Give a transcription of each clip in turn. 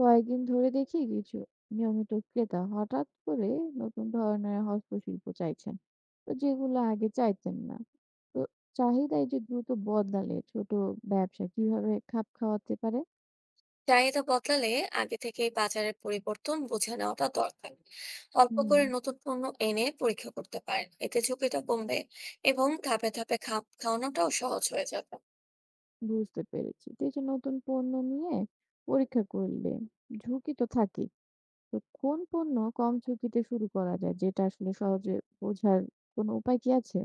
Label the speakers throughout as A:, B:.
A: কয়েকদিন ধরে দেখি কিছু নিয়মিত ক্রেতা হঠাৎ করে নতুন ধরনের হস্তশিল্প চাইছেন, তো যেগুলো আগে চাইতেন না। তো চাহিদায় যে দ্রুত বদলালে ছোট ব্যবসা কিভাবে খাপ খাওয়াতে পারে?
B: চাহিদা বদলালে আগে থেকেই বাজারের পরিবর্তন বুঝে নেওয়াটা দরকার। অল্প
A: হুম।
B: করে নতুন পণ্য এনে পরীক্ষা করতে পারেন, এতে ঝুঁকিটা কমবে এবং ধাপে ধাপে খাপ খাওয়ানোটাও সহজ হয়ে যাবে।
A: বুঝতে পেরেছি। তো এই যে নতুন পণ্য নিয়ে পরীক্ষা করলে ঝুঁকি তো থাকে, তো কোন পণ্য কম ঝুঁকিতে শুরু করা যায় যেটা আসলে সহজে বোঝার কোনো উপায় কি আছে?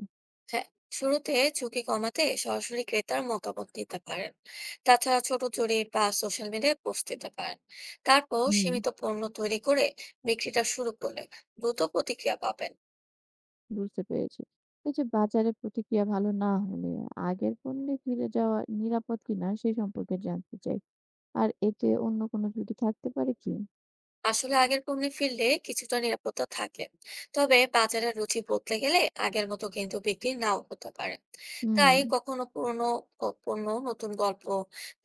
B: হ্যাঁ, শুরুতে ঝুঁকি কমাতে সরাসরি ক্রেতার মতামত নিতে পারেন। তাছাড়া ছোট জরিপ বা সোশ্যাল মিডিয়ায় পোস্ট দিতে পারেন। তারপর
A: হুম।
B: সীমিত পণ্য তৈরি করে বিক্রিটা শুরু করলে দ্রুত প্রতিক্রিয়া পাবেন।
A: বুঝতে পেরেছি। এই যে বাজারে প্রতিক্রিয়া ভালো না হলে আগের পণ্যে ফিরে যাওয়া নিরাপদ কিনা সেই সম্পর্কে জানতে চাই। আর এতে অন্য কোনো ঝুঁকি থাকতে পারে কি?
B: আসলে আগের পণ্যে ফিরলে কিছুটা নিরাপত্তা থাকে, তবে বাজারের রুচি বদলে গেলে আগের মতো কিন্তু বিক্রি নাও হতে পারে।
A: হুম।
B: তাই কখনো পুরনো পণ্য নতুন গল্প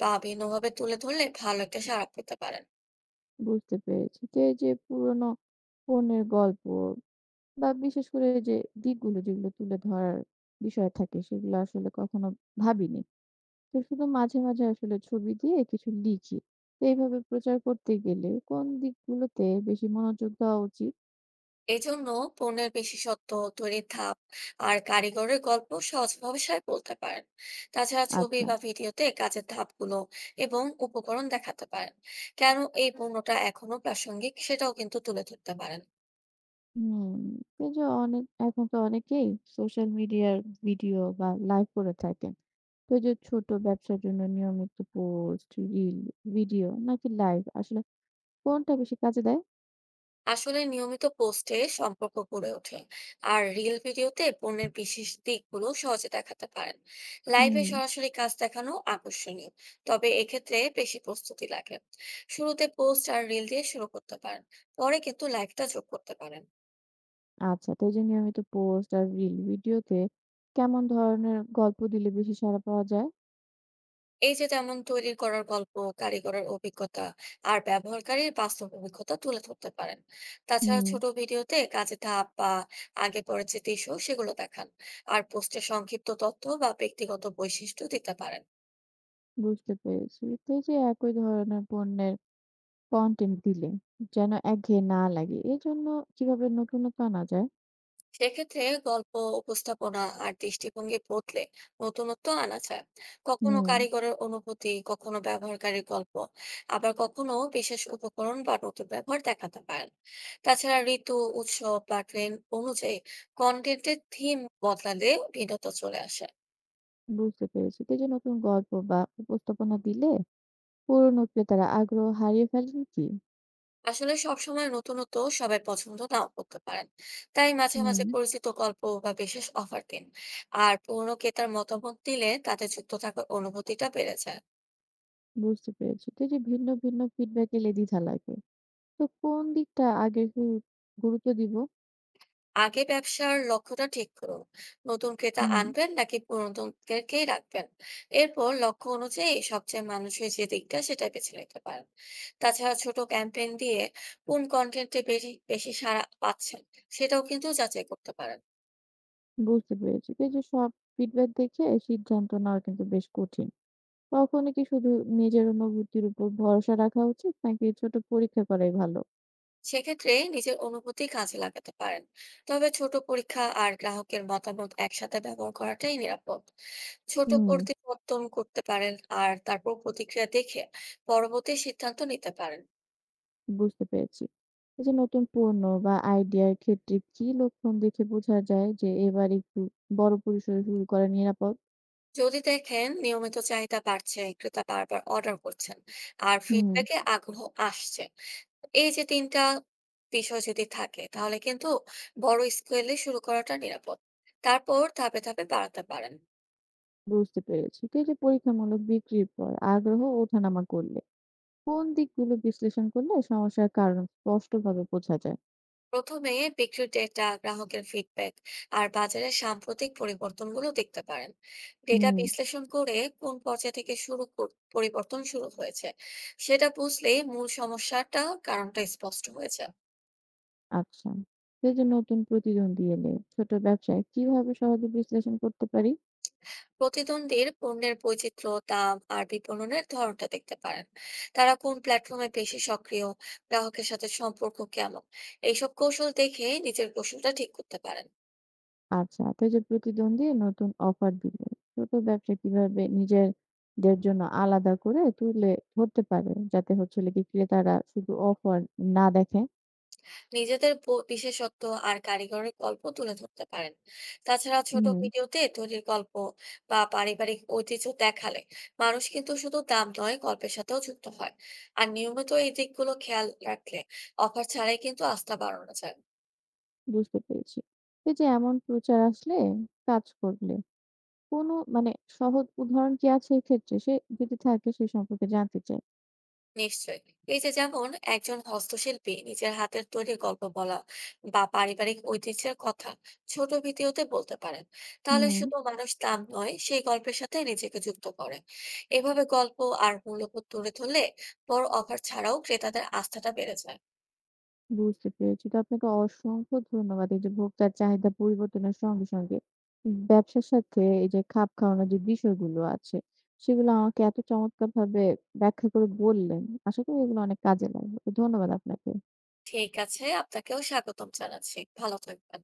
B: বা ভিন্নভাবে তুলে ধরলে ভালো একটা সাড়া পেতে পারেন।
A: বুঝতে পেরেছি। তো এই যে পুরোনো পণ্যের গল্প বা বিশেষ করে এই যে দিকগুলো যেগুলো তুলে ধরার বিষয় থাকে সেগুলো আসলে কখনো ভাবিনি। তো শুধু মাঝে মাঝে আসলে ছবি দিয়ে কিছু লিখি। তো এইভাবে প্রচার করতে গেলে কোন দিকগুলোতে বেশি মনোযোগ দেওয়া উচিত?
B: এজন্য পণ্যের বিশেষত্ব, তৈরির ধাপ আর কারিগরের গল্প সহজ ভাষায় বলতে পারেন। তাছাড়া ছবি
A: আচ্ছা।
B: বা ভিডিওতে কাজের ধাপগুলো এবং উপকরণ দেখাতে পারেন। কেন এই পণ্যটা এখনো প্রাসঙ্গিক, সেটাও কিন্তু তুলে ধরতে পারেন।
A: হুম। এই যে অনেক এখন তো অনেকেই সোশ্যাল মিডিয়ার ভিডিও বা লাইভ করে থাকেন। তো এই যে ছোট ব্যবসার জন্য নিয়মিত পোস্ট, রিল, ভিডিও নাকি লাইভ আসলে কোনটা বেশি কাজে দেয়?
B: আসলে নিয়মিত পোস্টে সম্পর্ক গড়ে ওঠে, আর রিল ভিডিওতে পণ্যের বিশেষ দিকগুলো সহজে দেখাতে পারেন।
A: হুম।
B: লাইভে সরাসরি কাজ দেখানো আকর্ষণীয়, তবে এক্ষেত্রে বেশি প্রস্তুতি লাগে। শুরুতে পোস্ট আর রিল দিয়ে শুরু করতে পারেন, পরে কিন্তু লাইভটা যোগ করতে পারেন।
A: আচ্ছা। তো এই যে নিয়মিত পোস্ট আর রিল ভিডিওতে কেমন ধরনের গল্প দিলে বেশি সাড়া পাওয়া যায়?
B: এই যে যেমন তৈরি করার গল্প, কারিগরের অভিজ্ঞতা আর ব্যবহারকারীর বাস্তব অভিজ্ঞতা তুলে ধরতে পারেন। তাছাড়া
A: হুম।
B: ছোট ভিডিওতে কাজে ধাপ বা আগে পরে যে দৃশ্য সেগুলো দেখান, আর পোস্টে সংক্ষিপ্ত তথ্য বা ব্যক্তিগত বৈশিষ্ট্য দিতে পারেন।
A: বুঝতে পেরেছি। তো এই যে একই ধরনের পণ্যের কনটেন্ট দিলে যেন একঘেয়ে না লাগে এজন্য কিভাবে নতুনত্ব আনা যায়?
B: সেক্ষেত্রে গল্প, উপস্থাপনা আর দৃষ্টিভঙ্গি বদলে নতুনত্ব আনা যায়। কখনো
A: হুম।
B: কারিগরের অনুভূতি, কখনো ব্যবহারকারীর গল্প, আবার কখনো বিশেষ উপকরণ বা নতুন ব্যবহার দেখাতে পারেন। তাছাড়া ঋতু, উৎসব বা ট্রেন্ড অনুযায়ী কন্টেন্টের থিম বদলালে ভিন্নতা চলে আসে।
A: বুঝতে পেরেছি। তো এই যে নতুন গল্প বা উপস্থাপনা দিলে পুরনো ক্রেতারা আগ্রহ হারিয়ে ফেলেন কি?
B: আসলে সবসময় নতুনত্ব সবাই পছন্দ নাও করতে পারেন, তাই মাঝে
A: হুম।
B: মাঝে পরিচিত গল্প বা বিশেষ অফার দিন। আর পুরনো ক্রেতার মতামত দিলে তাতে যুক্ত থাকার অনুভূতিটা বেড়ে যায়।
A: বুঝতে পেরেছি। তো এই যে ভিন্ন, ভিন্ন ফিডব্যাক এলে দ্বিধা লাগে। তো কোন দিকটা আগে গুরুত্ব দিব?
B: আগে ব্যবসার লক্ষ্যটা ঠিক করুন, নতুন ক্রেতা
A: হুম।
B: আনবেন নাকি পুরাতনদেরকেই রাখবেন। এরপর লক্ষ্য অনুযায়ী সবচেয়ে মানুষের যে দিকটা সেটা বেছে নিতে পারেন। তাছাড়া ছোট ক্যাম্পেইন দিয়ে কোন কন্টেন্টে বেশি বেশি সাড়া পাচ্ছেন সেটাও কিন্তু যাচাই করতে পারেন।
A: বুঝতে পেরেছি। তো এই যে সব ফিডব্যাক দেখে সিদ্ধান্ত নেওয়া কিন্তু বেশ কঠিন। তখনই কি শুধু নিজের অনুভূতির উপর ভরসা রাখা উচিত নাকি ছোট পরীক্ষা করাই ভালো?
B: সেক্ষেত্রে নিজের অনুভূতি কাজে লাগাতে পারেন, তবে ছোট পরীক্ষা আর গ্রাহকের মতামত একসাথে ব্যবহার করাটাই নিরাপদ। ছোট
A: হুম।
B: পরিবর্তন করতে পারেন, আর তারপর প্রতিক্রিয়া দেখে পরবর্তী সিদ্ধান্ত নিতে পারেন।
A: বুঝতে পেরেছি। এই যে নতুন পণ্য বা আইডিয়ার ক্ষেত্রে কি লক্ষণ দেখে বোঝা যায় যে এবার একটু বড় পরিসরে শুরু করা নিরাপদ?
B: যদি দেখেন নিয়মিত চাহিদা বাড়ছে, ক্রেতা বারবার অর্ডার করছেন আর
A: হুম।
B: ফিডব্যাকে আগ্রহ আসছে, এই যে তিনটা বিষয় যদি থাকে তাহলে কিন্তু বড় স্কেলে শুরু করাটা নিরাপদ। তারপর ধাপে ধাপে বাড়াতে পারেন।
A: বুঝতে পেরেছি। তো এই যে পরীক্ষামূলক বিক্রির পর আগ্রহ ওঠানামা করলে কোন দিকগুলো বিশ্লেষণ করলে সমস্যার কারণ স্পষ্টভাবে বোঝা যায়?
B: প্রথমে বিক্রির ডেটা, গ্রাহকের ফিডব্যাক আর বাজারের সাম্প্রতিক পরিবর্তনগুলো দেখতে পারেন। ডেটা
A: হুম।
B: বিশ্লেষণ করে কোন পর্যায় থেকে পরিবর্তন শুরু হয়েছে সেটা বুঝলে মূল সমস্যাটা, কারণটা স্পষ্ট হয়েছে।
A: আচ্ছা। তো এই যে নতুন প্রতিদ্বন্দ্বী এলে ছোট ব্যবসায় কিভাবে সহজে বিশ্লেষণ করতে পারি?
B: প্রতিদ্বন্দ্বীর পণ্যের বৈচিত্র্য, দাম আর বিপণনের ধরনটা দেখতে পারেন। তারা কোন প্ল্যাটফর্মে বেশি সক্রিয়, গ্রাহকের সাথে সম্পর্ক কেমন, এইসব কৌশল দেখে নিজের কৌশলটা ঠিক করতে পারেন।
A: আচ্ছা। তো এই যে প্রতিদ্বন্দ্বী নতুন অফার দিলে ছোট ব্যবসা কিভাবে নিজেদের জন্য আলাদা করে তুলে ধরতে পারে যাতে হচ্ছে হলো কি ক্রেতারা শুধু অফার না দেখে?
B: নিজেদের বিশেষত্ব আর কারিগরের গল্প তুলে ধরতে পারেন। তাছাড়া ছোট
A: হুম।
B: ভিডিওতে তৈরির গল্প বা পারিবারিক ঐতিহ্য দেখালে মানুষ কিন্তু শুধু দাম নয়, গল্পের সাথেও যুক্ত হয়। আর নিয়মিত এই দিকগুলো খেয়াল রাখলে অফার ছাড়াই কিন্তু আস্থা বাড়ানো যায়।
A: বুঝতে পেরেছি। এই যে এমন প্রচার আসলে কাজ করলে কোনো মানে সহজ উদাহরণ কি আছে এক্ষেত্রে? সে যদি থাকে সে সম্পর্কে জানতে চাই।
B: নিশ্চয়ই। এই যে যেমন একজন হস্তশিল্পী নিজের হাতের তৈরি গল্প বলা বা পারিবারিক ঐতিহ্যের কথা ছোট ভিডিওতে বলতে পারেন, তাহলে
A: হুম।
B: শুধু মানুষ নাম নয়, সেই গল্পের সাথে নিজেকে যুক্ত করে। এভাবে গল্প আর মূল্যবোধ তুলে ধরলে বড় অফার ছাড়াও ক্রেতাদের আস্থাটা বেড়ে যায়।
A: বুঝতে পেরেছি। তো আপনাকে অসংখ্য ধন্যবাদ। এই যে ভোক্তার চাহিদা পরিবর্তনের সঙ্গে সঙ্গে ব্যবসার সাথে এই যে খাপ খাওয়ানোর যে বিষয়গুলো আছে, সেগুলো আমাকে এত চমৎকারভাবে ব্যাখ্যা করে বললেন। আশা করি এগুলো অনেক কাজে লাগবে। তো ধন্যবাদ আপনাকে।
B: ঠিক আছে, আপনাকেও স্বাগতম জানাচ্ছি। ভালো থাকবেন।